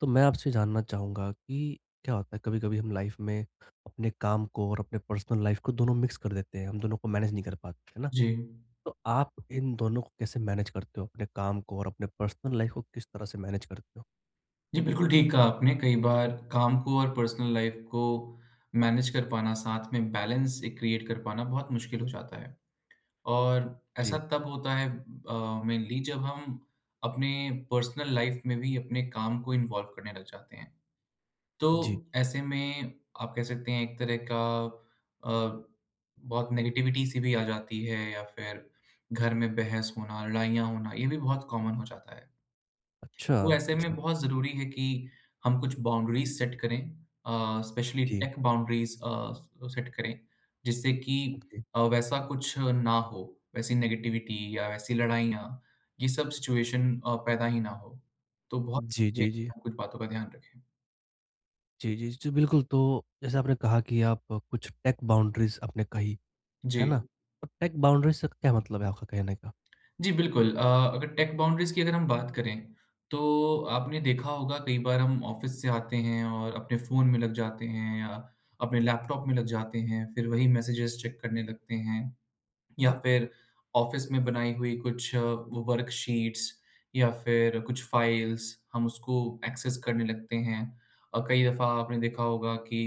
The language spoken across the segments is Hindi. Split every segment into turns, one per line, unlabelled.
तो मैं आपसे जानना चाहूँगा कि क्या होता है कभी-कभी हम लाइफ में अपने काम को और अपने पर्सनल लाइफ को दोनों मिक्स कर देते हैं, हम दोनों को मैनेज नहीं कर पाते, है ना?
जी।
तो आप इन दोनों को कैसे मैनेज करते हो? अपने काम को और अपने पर्सनल लाइफ को किस तरह से मैनेज करते हो?
जी, बिल्कुल ठीक कहा आपने। कई बार काम को और पर्सनल लाइफ़ को मैनेज कर पाना, साथ में बैलेंस एक क्रिएट कर पाना बहुत मुश्किल हो जाता है। और ऐसा
जी,
तब होता है मेनली जब हम अपने पर्सनल लाइफ़ में भी अपने काम को इन्वॉल्व करने लग जाते हैं। तो
जी।
ऐसे में आप कह सकते हैं एक तरह का अ, बहुत नेगेटिविटी सी भी आ जाती है या फिर घर में बहस होना, लड़ाइयाँ होना, ये भी बहुत कॉमन हो जाता है।
अच्छा।
तो ऐसे में
जी,
बहुत ज़रूरी है कि हम कुछ बाउंड्रीज़ सेट करें, स्पेशली
जी,
टेक बाउंड्रीज़ सेट करें, जिससे कि
जी।
वैसा कुछ ना हो, वैसी नेगेटिविटी या वैसी लड़ाइयाँ, ये सब सिचुएशन पैदा ही ना हो। तो बहुत
जी,
ज़रूरी है
जी, जी।
कि हम कुछ बातों का ध्यान रखें।
जी, जी, जी, बिल्कुल। तो जैसे आपने कहा कि आप कुछ टेक बाउंड्रीज़ आपने कही,
जी।
है ना? तो टेक बाउंड्रीज़ से क्या मतलब है आपका कहने का?
जी, बिल्कुल। अगर टेक बाउंड्रीज़ की अगर हम बात करें, तो आपने देखा होगा कई बार हम ऑफ़िस से आते हैं और अपने फ़ोन में लग जाते हैं या अपने लैपटॉप में लग जाते हैं, फिर वही मैसेजेस चेक करने लगते हैं या फिर ऑफ़िस में बनाई हुई कुछ वो वर्कशीट्स या फिर कुछ फ़ाइल्स, हम उसको एक्सेस करने लगते हैं। और कई दफ़ा आपने देखा होगा कि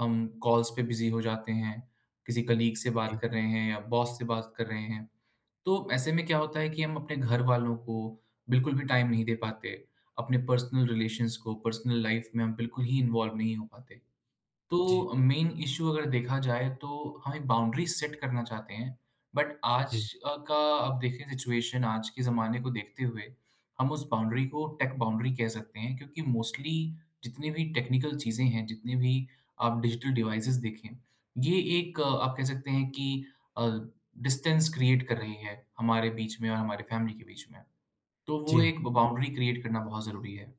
हम कॉल्स पे बिज़ी हो जाते हैं, किसी कलीग से बात
जी,
कर रहे हैं या बॉस से बात कर रहे हैं। तो ऐसे में क्या होता है कि हम अपने घर वालों को बिल्कुल भी टाइम नहीं दे पाते। अपने पर्सनल रिलेशंस को, पर्सनल लाइफ में हम बिल्कुल ही इन्वॉल्व नहीं हो पाते।
जी,
तो मेन इश्यू अगर देखा जाए तो हम एक बाउंड्री सेट करना चाहते हैं बट आज अ, का आप देखें सिचुएशन आज के ज़माने को देखते हुए हम उस बाउंड्री को टेक बाउंड्री कह सकते हैं क्योंकि मोस्टली जितनी भी टेक्निकल चीज़ें हैं, जितने भी आप डिजिटल डिवाइसेस देखें, ये एक आप कह सकते हैं कि डिस्टेंस क्रिएट कर रही है हमारे बीच में और हमारे फैमिली के बीच में। तो वो
जी,
एक
जी।
बाउंड्री क्रिएट करना बहुत ज़रूरी है।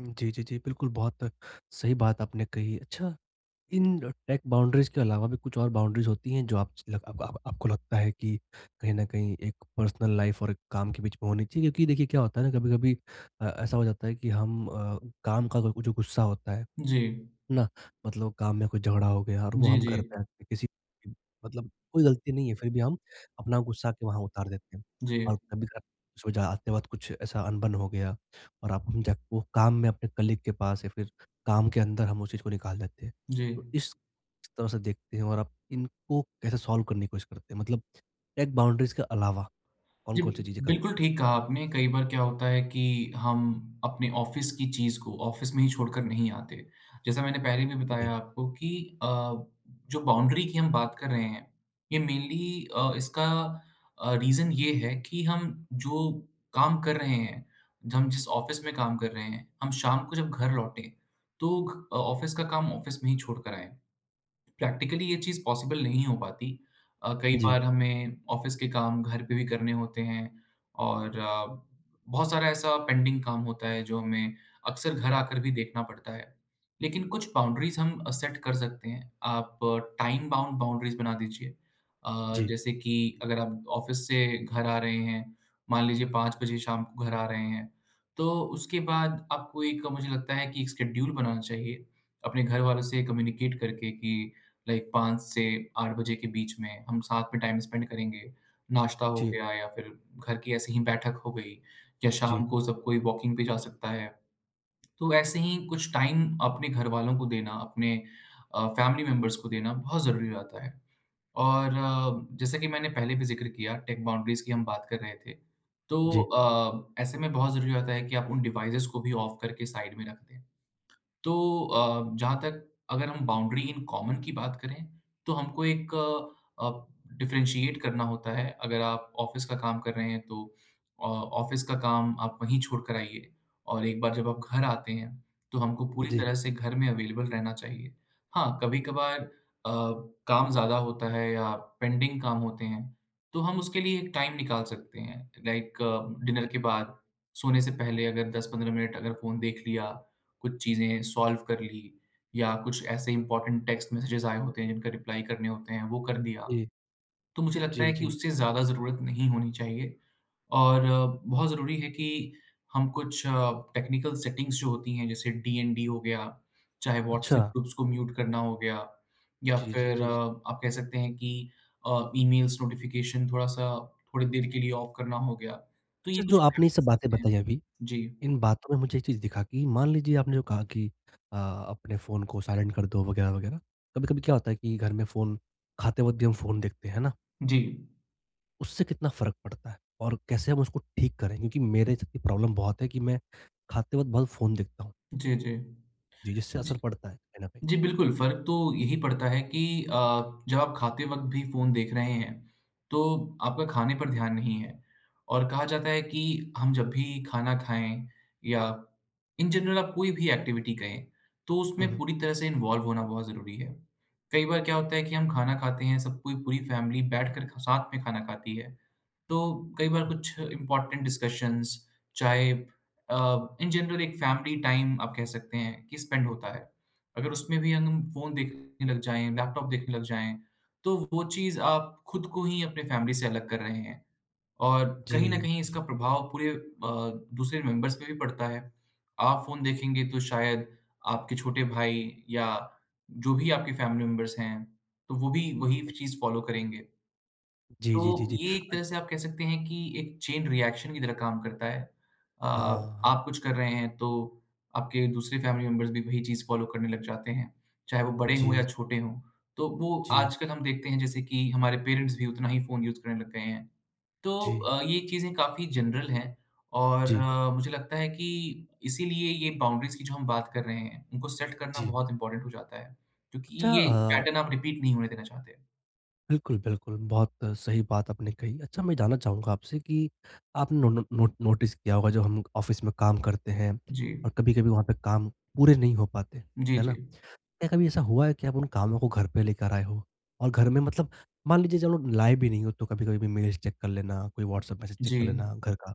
जी, जी, जी। बिल्कुल, बहुत सही बात आपने कही। अच्छा, इन टेक बाउंड्रीज़ के अलावा भी कुछ और बाउंड्रीज़ होती हैं जो आप लग आप आपको लगता है कि कहीं न कहीं एक पर्सनल लाइफ़ और एक काम के बीच में होनी चाहिए? क्योंकि देखिए क्या होता है ना, कभी-कभी ऐसा हो जाता है कि हम जो गुस्सा होता है
जी।
ना, मतलब काम में कोई झगड़ा हो गया और वो
जी।
हम
जी।
घर पे आके किसी मतलब कोई गलती नहीं है, फिर भी हम अपना गुस्सा के वहाँ उतार देते हैं।
जी।
और कभी-कभार सो जाते वक़्त कुछ ऐसा अनबन हो गया और आप हम जाके वो काम में अपने कलीग के पास या फिर काम के अंदर हम उस चीज़ को निकाल देते हैं।
जी।
तो इस तरह से देखते हैं और आप इनको कैसे सॉल्व करने की कोशिश करते हैं? मतलब एक बाउंड्रीज़ के अलावा
जी,
कौन-कौन सी चीज़ें करते
बिल्कुल
हैं?
ठीक कहा आपने। कई बार क्या होता है कि हम अपने ऑफ़िस की चीज़ को ऑफ़िस में ही छोड़कर नहीं आते। जैसा मैंने पहले भी
जी,
बताया आपको कि अ, जो बाउंड्री की हम बात कर रहे हैं, ये मेनली इसका रीज़न ये है कि हम जो काम कर रहे हैं, हम जिस ऑफ़िस में काम कर रहे हैं, हम शाम को जब घर लौटें, तो घ ऑफ़िस का काम ऑफ़िस में ही छोड़ कर आएँ। प्रैक्टिकली ये चीज़ पॉसिबल नहीं हो पाती। कई
जी,
बार हमें ऑफ़िस के काम घर पे भी करने होते हैं और बहुत सारा ऐसा पेंडिंग काम होता है जो हमें अक्सर घर आकर भी देखना पड़ता है। लेकिन कुछ बाउंड्रीज़ हम सेट कर सकते हैं। आप टाइम बाउंड बाउंड्रीज़ बना दीजिए।
जी,
जैसे कि अगर आप ऑफ़िस से घर आ रहे हैं, मान लीजिए 5 बजे शाम को घर आ रहे हैं, तो उसके बाद आपको एक मुझे लगता है कि एक शेड्यूल बनाना चाहिए, अपने घर वालों से कम्युनिकेट करके कि लाइक 5 से 8 बजे के बीच में हम साथ में टाइम स्पेंड करेंगे। नाश्ता हो
जी,
गया या फिर घर की ऐसे ही बैठक हो गई या शाम
जी,
को सब कोई वॉकिंग पे जा सकता है। तो ऐसे ही कुछ टाइम अपने घरवालों को देना, अपने फैमिली मेंबर्स को देना बहुत ज़रूरी रहता है। और जैसा कि मैंने पहले भी ज़िक्र किया, टेक बाउंड्रीज़ की हम बात कर रहे थे। तो
जी,
ऐसे में बहुत ज़रूरी रहता है कि आप उन डिवाइसेज़ को भी ऑफ करके साइड में रख दें। तो जहाँ तक अगर हम बाउंड्री इन कॉमन की बात करें, तो हमको एक अ, डिफरेंशिएट करना होता है। अगर आप ऑफ़िस का काम कर रहे हैं, तो ऑफ़िस का काम आप वहीं छोड़ कर आइए और एक बार जब आप घर आते हैं, तो हमको
जी,
पूरी
जी,
तरह से घर में अवेलेबल रहना चाहिए। हाँ, कभी-कभार अ, काम ज़्यादा होता है या पेंडिंग काम होते हैं, तो हम उसके लिए एक टाइम निकाल सकते हैं। लाइक डिनर के बाद, सोने से पहले अगर 10-15 मिनट अगर फ़ोन देख लिया, कुछ चीज़ें सॉल्व कर ली या कुछ ऐसे इंपॉर्टेंट टेक्स्ट मैसेजेस आए होते हैं जिनका रिप्लाई करने होते हैं, वो कर दिया।
जी,
तो मुझे लगता
जी,
है कि
जी।
उससे ज़्यादा ज़रूरत नहीं होनी चाहिए। और बहुत ज़रूरी है कि हम कुछ टेक्निकल सेटिंग्स जो होती हैं, जैसे डीएनडी हो गया, चाहे
अच्छा।
व्हाट्सएप ग्रुप्स को म्यूट करना हो गया या
जी, जी,
फिर
जी, जी।
आप कह सकते हैं कि ईमेल्स नोटिफ़िकेशन थोड़ा-सा थोड़ी देर के लिए ऑफ करना हो गया। तो ये
अच्छा, जो
कुछ
आपने ये सब
प्रैक्टिसेज़
बातें
हैं।
बताई अभी,
जी।
इन बातों में मुझे एक चीज़ दिखा कि मान लीजिए आपने जो कहा कि अपने फ़ोन को साइलेंट कर दो वगैरह, वगैरह। कभी-कभी क्या होता है कि घर में फ़ोन खाते वक़्त भी हम फ़ोन देखते हैं, है ना?
जी।
उससे कितना फ़र्क पड़ता है और कैसे हम उसको ठीक करें? क्योंकि मेरे साथ ये प्रॉब्लम बहुत है कि मैं खाते वक़्त बहुत फ़ोन देखता हूँ।
जी, जी।
जी, जिससे
जी।
असर पड़ता है कहीं न कहीं।
जी, बिल्कुल, फ़र्क तो यही पड़ता है कि जब आप खाते वक़्त भी फ़ोन देख रहे हैं, तो आपका खाने पर ध्यान नहीं है और कहा जाता है कि हम जब भी खाना खाएँ या इन जनरल आप कोई भी एक्टिविटी करें, तो
हुँ,
उसमें
हुँ।
पूरी तरह से इन्वॉल्व होना बहुत ज़रूरी है। कई बार क्या होता है कि हम खाना खाते हैं, सब कोई पूरी फैमिली बैठकर ख साथ में खाना खाती है, तो कई बार कुछ इम्पोर्टेंट डिस्कशंस, चाहे अ, इन जनरल एक फैमिली टाइम आप कह सकते हैं कि स्पेंड होता है। अगर उसमें भी हम फ़ोन देखने लग जाएँ, लैपटॉप देखने लग जाएँ, तो वो चीज़ आप खुद को ही अपने फैमिली से अलग कर रहे हैं और कहीं न
जी,
कहीं
जी,
इसका प्रभाव पूरे दूसरे मेंबर्स पे भी पड़ता है। आप फ़ोन देखेंगे तो शायद आपके छोटे भाई या जो भी आपके फैमिली मेंबर्स हैं, तो वो भी वही चीज़ फ़ॉलो करेंगे।
जी, जी, जी,
तो
जी।
ये एक
अ,
तरह से आप कह सकते हैं कि एक चेन रिएक्शन की तरह काम करता है। हुँ।
हाँ।
आप कुछ कर रहे हैं तो आपके दूसरे फैमिली मेंबर्स भी वही चीज़ फ़ॉलो करने लग जाते हैं, चाहे वो बड़े हों या
जी,
छोटे हों। तो वो
जी,
आजकल हम देखते हैं जैसे कि हमारे पेरेंट्स भी उतना ही फ़ोन यूज़ करने लग गए हैं। तो
जी,
ये चीज़ें काफ़ी जनरल हैं और
जी,
मुझे लगता है कि इसीलिए ये बाउंड्रीज़ की जो हम बात कर रहे हैं, उनको सेट करना
जी।
बहुत इम्पोर्टेंट हो जाता है, क्योंकि
अच्छा
ये
अ
पैटर्न आप रिपीट नहीं होने देना चाहते।
बिल्कुल, बिल्कुल। बहुत सही बात आपने कही। अच्छा, मैं जानना चाहूँगा आपसे कि आपने नो नो नोट नोटिस किया होगा जब हम ऑफ़िस में काम करते हैं
जी।
और कभी-कभी वहाँ पे काम पूरे नहीं हो पाते,
जी,
है
जी।
ना? क्या कभी ऐसा हुआ है कि आप उन कामों को घर पे लेकर आए हो? और घर में मतलब, मान लीजिए चलो लाए भी नहीं हो तो कभी-कभी भी मेल्स चेक कर लेना, कोई व्हाट्सएप मैसेज चेक
जी।
कर लेना घर का,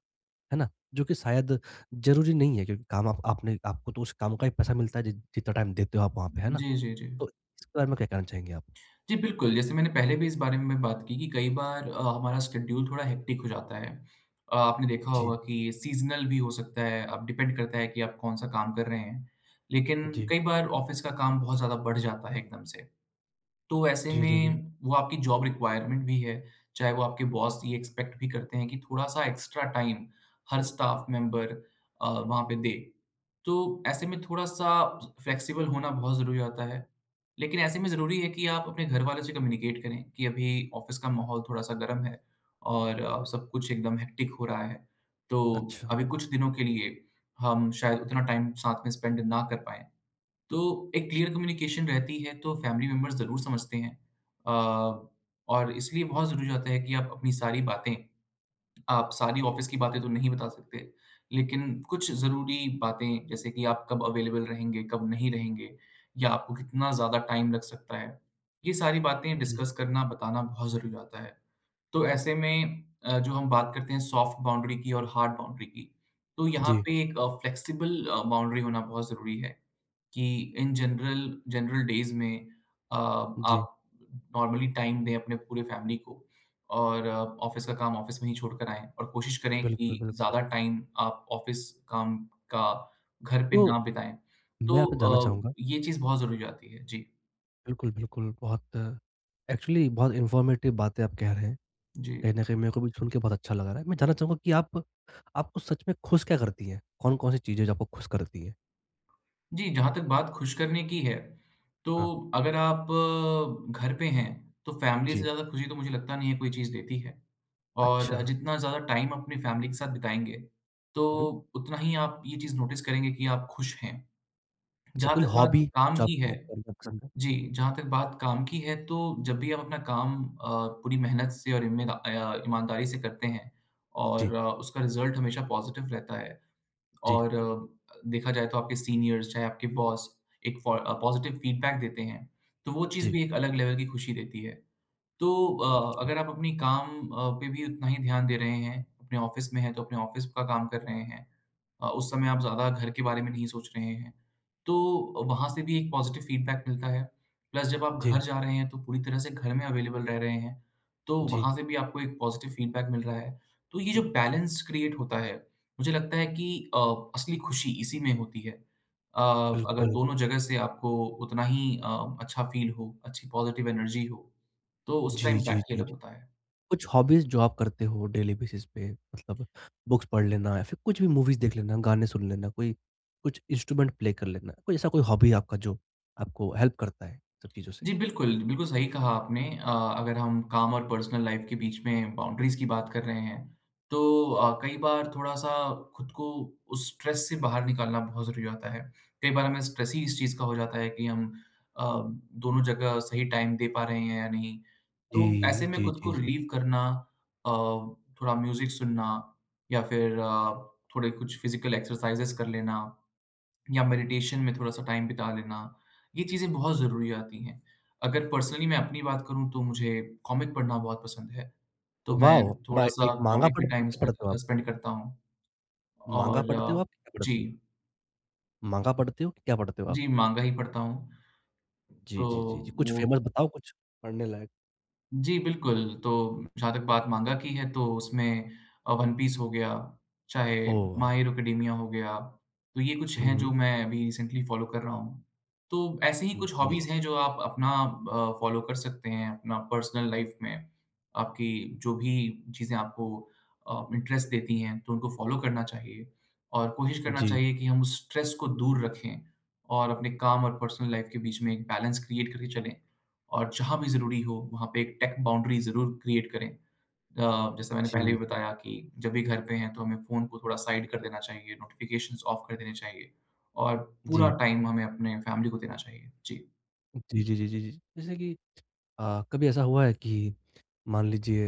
है ना? जो कि शायद ज़रूरी नहीं है क्योंकि काम आप आपने आपको तो उस काम का ही पैसा मिलता है, जि जितना टाइम देते हो आप वहाँ पे, है ना?
जी, जी, जी।
तो इसके बारे में क्या कहना चाहेंगे आप?
जी, बिल्कुल, जैसे मैंने पहले भी इस बारे में बात की कि कई बार हमारा शेड्यूल थोड़ा हेक्टिक हो जाता है। आपने देखा होगा
जी।
कि सीज़नल भी हो सकता है, अब डिपेंड करता है कि आप कौन-सा काम कर रहे हैं। लेकिन
जी।
कई बार ऑफ़िस का काम बहुत ज़्यादा बढ़ जाता है एकदम से। तो ऐसे
जी, जी, जी।
में वो आपकी जॉब रिक्वायरमेंट भी है, चाहे वो आपके बॉस ये एक्सपेक्ट भी करते हैं कि थोड़ा-सा एक्स्ट्रा टाइम हर स्टाफ मेंबर वहाँ पे दे। तो ऐसे में थोड़ा-सा फ्लेक्सिबल होना बहुत ज़रूरी होता है। लेकिन ऐसे में ज़रूरी है कि आप अपने घर वालों से कम्युनिकेट करें कि अभी ऑफ़िस का माहौल थोड़ा-सा गर्म है और सब कुछ एकदम हेक्टिक हो रहा है, तो
अच्छा,
अभी कुछ दिनों के लिए हम शायद उतना टाइम साथ में स्पेंड ना कर पाएँ। तो एक
च
क्लियर कम्युनिकेशन रहती है तो फैमिली मेंबर्स ज़रूर समझते हैं। अ, और इसलिए बहुत ज़रूरी होता है कि आप अपनी सारी बातें आप सारी ऑफ़िस की बातें तो नहीं बता सकते, लेकिन कुछ ज़रूरी बातें जैसे कि आप कब अवेलेबल रहेंगे, कब नहीं रहेंगे या आपको कितना ज़्यादा टाइम लग सकता है, ये सारी बातें
जी,
डिस्कस करना, बताना बहुत ज़रूरी होता है। तो ऐसे में जो हम बात करते हैं सॉफ्ट बाउंड्री की और हार्ड बाउंड्री की, तो यहाँ
जी,
पे एक फ्लेक्सिबल बाउंड्री होना बहुत ज़रूरी है कि इन जनरल जनरल डेज़ में आप
जी।
नॉर्मली टाइम दें अपने पूरे फैमिली को और ऑफ़िस का काम ऑफ़िस में ही छोड़कर आएँ और कोशिश करें कि
बिल्कुल, बिल्कुल।
ज़्यादा टाइम आप ऑफ़िस काम का घर पे
तो
ना बिताएँ।
मैं आपसे जानना
तो अ,
चाहूँगा।
ये चीज़ बहुत ज़रूरी हो जाती है। जी,
बिल्कुल, बिल्कुल, बहुत एक्चुअली बहुत इन्फॉर्मेटिव बातें आप कह रहे हैं।
जी।
कहीं न कहीं मेरे को भी सुन के बहुत अच्छा लग रहा है। मैं जानना चाहूँगा कि आप आपको सच में खुश क्या करती हैं? कौन-कौन सी चीज़ें जो आपको खुश करती हैं?
जी, जहाँ तक बात खुश करने की है, तो
हाँ,
अगर आप घर पे हैं, तो फैमिली से
जी।
ज़्यादा खुशी तो मुझे लगता नहीं है कोई चीज़ देती है।
अच्छा।
और जितना ज़्यादा टाइम अपनी फैमिली के साथ बिताएँगे,
हुँ,
तो
हुँ।
उतना ही आप ये चीज़ नोटिस करेंगे कि आप खुश हैं।
अच्छा,
जहाँ
कोई
तक बात
हॉबी
काम
जो
की है
आपको करना पसंद है?
जी, जहाँ तक बात काम की है, तो जब भी आप अपना काम पूरी मेहनत से और ईमानदारी से करते हैं और
जी,
उसका रिज़ल्ट हमेशा पॉज़िटिव रहता है।
जी,
और देखा जाए तो आपके सीनियर्स चाहे आपके बॉस एक पॉज़िटिव फ़ीडबैक देते हैं, तो वो चीज़
जी,
भी एक अलग लेवल की खुशी देती है। तो अगर आप अपनी काम पे भी उतना ही ध्यान दे रहे हैं, अपने ऑफ़िस में हैं तो अपने ऑफ़िस का काम कर रहे हैं। उस समय आप ज़्यादा घर के बारे में नहीं सोच रहे हैं, तो वहाँ से भी एक पॉज़िटिव फ़ीडबैक मिलता है। प्लस जब आप घर
जी,
जा रहे हैं तो पूरी तरह से घर में अवेलेबल रह रहे हैं, तो
जी।
वहाँ से भी आपको एक पॉज़िटिव फ़ीडबैक मिल रहा है। तो ये जो
हुँ,
बैलेंस क्रिएट होता है, मुझे लगता है कि असली खुशी इसी में होती है। अ, अगर
बिल्कुल।
दोनों जगह से आपको उतना ही अच्छा फ़ील हो, अच्छी पॉज़िटिव एनर्जी हो। तो उसका
जी, जी,
इम्पैक्ट ही
जी।
अलग होता है।
कुछ हॉबीज़ जो आप करते हो डेली बेसिस पे, मतलब बुक्स पढ़ लेना या फिर कुछ भी मूवीज़ देख लेना, गाने सुन लेना, कोई कुछ इंस्ट्रूमेंट प्ले कर लेना, कोई ऐसा कोई हॉबी आपका जो आपको हेल्प करता है सब चीज़ों से?
जी, बिल्कुल, बिल्कुल सही कहा आपने। अगर हम काम और पर्सनल लाइफ़ के बीच में बाउंड्रीज़ की बात कर रहे हैं, तो कई बार थोड़ा-सा खुद को उस स्ट्रेस से बाहर निकालना बहुत ज़रूरी होता है। कई बार हमें स्ट्रेस ही इस चीज़ का हो जाता है कि हम अ, दोनों जगह सही टाइम दे पा रहे हैं या नहीं।
जी,
तो ऐसे में
जी,
खुद को
जी, जी।
रिलीव करना, अ, थोड़ा म्यूज़िक सुनना या फिर थोड़े कुछ फिज़िकल एक्सरसाइज़ेज़ कर लेना। या मेडिटेशन में थोड़ा-सा टाइम बिता लेना, ये चीज़ें बहुत ज़रूरी आती हैं। अगर पर्सनली मैं अपनी बात करूँ तो मुझे कॉमिक पढ़ना बहुत पसंद है, तो मैं
वाओ! मा
थोड़ा-सा
लाइक, माँगा
कॉमिक में
पढ़ते हो,
टाइम
क्या
स्पे
पढ़ते हो
अ,
आप?
स्पेंड करता हूँ
माँगा पढ़ते हो
और
आप, क्या पढ़ते
जी।
हो? माँगा पढ़ते हो कि क्या पढ़ते हो आप?
जी, माँगा ही पढ़ता हूँ, तो
जी, जी, जी, जी। कुछ
वो
फ़ेमस बताओ, कुछ पढ़ने लायक?
जी, बिल्कुल। तो जहाँ तक बात माँगा की है तो उसमें वन पीस हो गया, चाहे
ओह वाह!
माय हीरो एकेडेमिया हो गया, तो ये कुछ
हुँ,
हैं जो
हुँ।
मैं अभी रिसेंटली फ़ॉलो कर रहा हूँ। तो ऐसे ही कुछ
जी,
हॉबीज़ हैं जो आप अपना फ़ॉलो कर सकते हैं अपना पर्सनल लाइफ़ में। आपकी जो भी चीज़ें आपको इंटरेस्ट देती हैं तो उनको फ़ॉलो करना चाहिए और कोशिश करना
जी,
चाहिए कि हम उस स्ट्रेस को दूर रखें और अपने काम और पर्सनल लाइफ़ के बीच में एक बैलेंस क्रिएट करके चलें। और जहाँ भी ज़रूरी हो, वहाँ पे एक टेक बाउंड्री ज़रूर क्रिएट करें। जैसा मैंने पहले भी
जी,
बताया कि जब भी घर पे हैं, तो हमें फ़ोन को थोड़ा साइड कर देना चाहिए, नोटिफ़िकेशंस ऑफ कर देने चाहिए और पूरा
जी।
टाइम हमें अपने फैमिली को देना चाहिए। जी।
जी, जी, जी, जी, जी। जैसे कि कभी ऐसा हुआ है कि मान लीजिए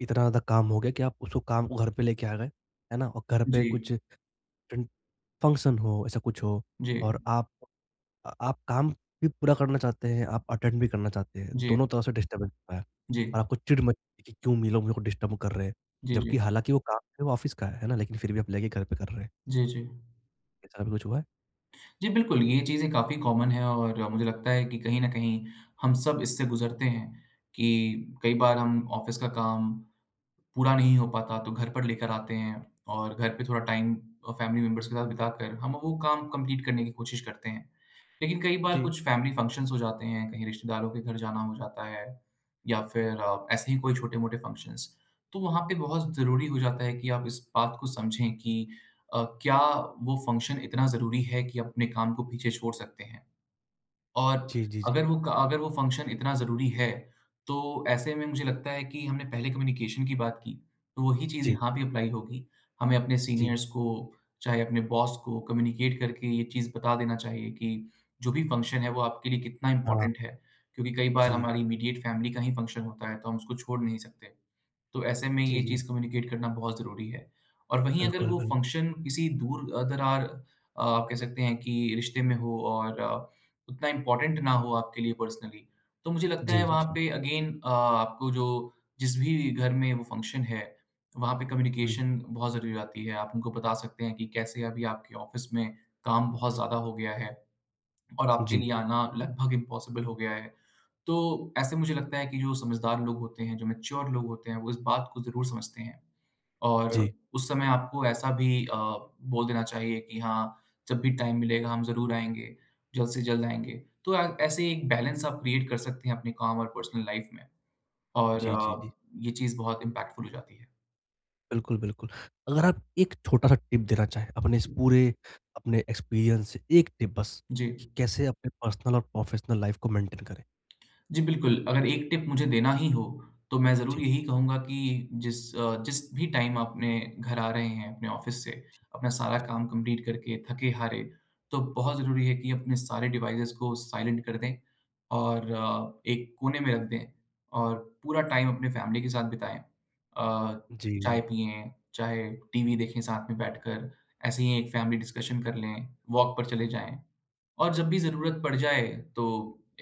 इतना ज़्यादा काम हो गया कि आप उसको काम को घर पे लेके आ गए, है ना? और घर पे
जी।
कुछ फन फंक्शन हो, ऐसा कुछ हो,
जी।
और आप काम भी पूरा करना चाहते हैं, आप अटेंड भी करना चाहते हैं,
जी।
दोनों तरफ से डिस्टर्बेंस हो रहा है
जी।
और आपको चिढ़ मचती है कि क्यों ये लोग मेरे को डिस्टर्ब कर रहे हैं।
जी,
जबकि
जी।
हालाँकि वो काम है वो ऑफ़िस का है ना? लेकिन फिर भी आप लेके घर पे कर रहे हैं।
जी, जी।
ऐसा कभी कुछ हुआ है?
जी, बिल्कुल, ये चीज़ें काफ़ी कॉमन हैं और मुझे लगता है कि कहीं न कहीं हम सब इससे गुज़रते हैं कि कई बार हम ऑफ़िस का काम पूरा नहीं हो पाता तो घर पर लेकर आते हैं और घर पे थोड़ा टाइम फैमिली मेंबर्स के साथ बिताकर हम वो काम कंप्लीट करने की कोशिश करते हैं। लेकिन कई बार
जी।
कुछ फैमिली फंक्शन्स हो जाते हैं, कहीं रिश्तेदारों के घर जाना हो जाता है या फिर ऐसे ही कोई छोटे-मोटे फंक्शन्स। तो वहाँ पे बहुत ज़रूरी हो जाता है कि आप इस बात को समझें कि क्या वो फंक्शन इतना ज़रूरी है कि अपने काम को पीछे छोड़ सकते हैं? और
जी, जी, जी।
अगर वो फंक्शन इतना ज़रूरी है, तो ऐसे में मुझे लगता है कि हमने पहले कम्युनिकेशन की बात की, तो वही चीज़
जी,
यहाँ भी अप्लाई होगी। हमें अपने
जी।
सीनियर्स को, चाहे अपने बॉस को कम्युनिकेट करके ये चीज़ बता देना चाहिए कि जो भी फंक्शन है वो आपके लिए कितना
हाँ।
इम्पोर्टेंट है, क्योंकि कई बार
जी।
हमारी इमीडिएट फैमिली का ही फंक्शन होता है, तो हम उसको छोड़ नहीं सकते। तो ऐसे में
जी,
ये
जी।
चीज़ कम्युनिकेट करना बहुत ज़रूरी है। और वहीं अगर
बिल्कुल,
वो
बिल्कुल।
फंक्शन किसी दरार आप कह सकते हैं कि रिश्ते में हो और उतना इम्पोर्टेंट ना हो आपके लिए पर्सनली, तो मुझे लगता है
जी,
वहाँ
जी।
पे अगेन आपको जो जिस भी घर में वो फंक्शन है, वहाँ पे
हुँ।
कम्युनिकेशन बहुत ज़रूरी हो जाती है। आप उनको बता सकते हैं कि कैसे अभी आपके ऑफ़िस में काम बहुत ज़्यादा हो गया है और आपके
जी।
लिए आना लगभग इम्पॉसिबल हो गया है। तो ऐसे मुझे लगता है कि जो समझदार लोग होते हैं, जो मैच्योर लोग होते हैं, वो इस बात को ज़रूर समझते हैं और
जी,
उस समय आपको ऐसा भी बोल देना चाहिए कि हाँ, जब भी टाइम मिलेगा हम ज़रूर आएँगे, जल्द से जल्द आएँगे। तो ऐसे एक बैलेंस आप क्रिएट कर सकते हैं अपने काम और पर्सनल लाइफ़ में और
जी, जी। जी,
ये चीज़ बहुत इम्पैक्टफुल हो जाती है।
बिल्कुल, बिल्कुल। अगर आप एक छोटा-सा टिप देना चाहें, अपने इस पूरे अपने एक्सपीरियंस से एक टिप बस,
जी।
कि कैसे अपने पर्सनल और प्रोफेशनल लाइफ़ को मेंटेन करें?
जी, बिल्कुल, अगर एक टिप मुझे देना ही हो, तो मैं ज़रूर
जी,
यही कहूँगा कि जिस भी टाइम आप अपने घर आ रहे हैं, अपने ऑफ़िस से,
जी,
अपना सारा
जी।
काम कंप्लीट करके थके-हारे, तो बहुत ज़रूरी है कि अपने सारे डिवाइसेज़ को साइलेंट कर दें और एक कोने में रख दें और पूरा टाइम अपने फैमिली के साथ बिताएँ।
जी,
चाय पिएँ, चाहे टीवी देखें साथ में बैठकर, ऐसे ही एक फैमिली डिस्कशन कर लें, वॉक पर चले जाएँ। और जब भी ज़रूरत पड़ जाए तो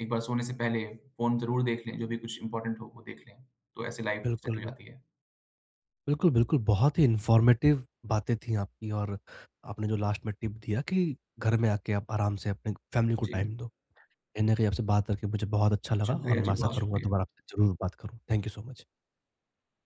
एक बार सोने से पहले फ़ोन ज़रूर देख लें, जो भी कुछ इम्पोर्टेंट हो वो देख लें, तो ऐसे लाइफ़ सेट
बिल्कुल,
हो जाती है।
बिल्कुल, बिल्कुल, बहुत ही इन्फॉर्मेटिव बातें थी आपकी और आपने जो लास्ट में टिप दिया कि घर में आके आप आराम से अपने फैमिली को
जी,
टाइम दो। कहीं न कहीं आपसे बात करके मुझे बहुत अच्छा लगा और
शुक्रिया
मैं
जी,
आशा
बहुत
करूँगा
शुक्रिया।
दोबारा आपसे ज़रूर बात करूँ। Thank you so much.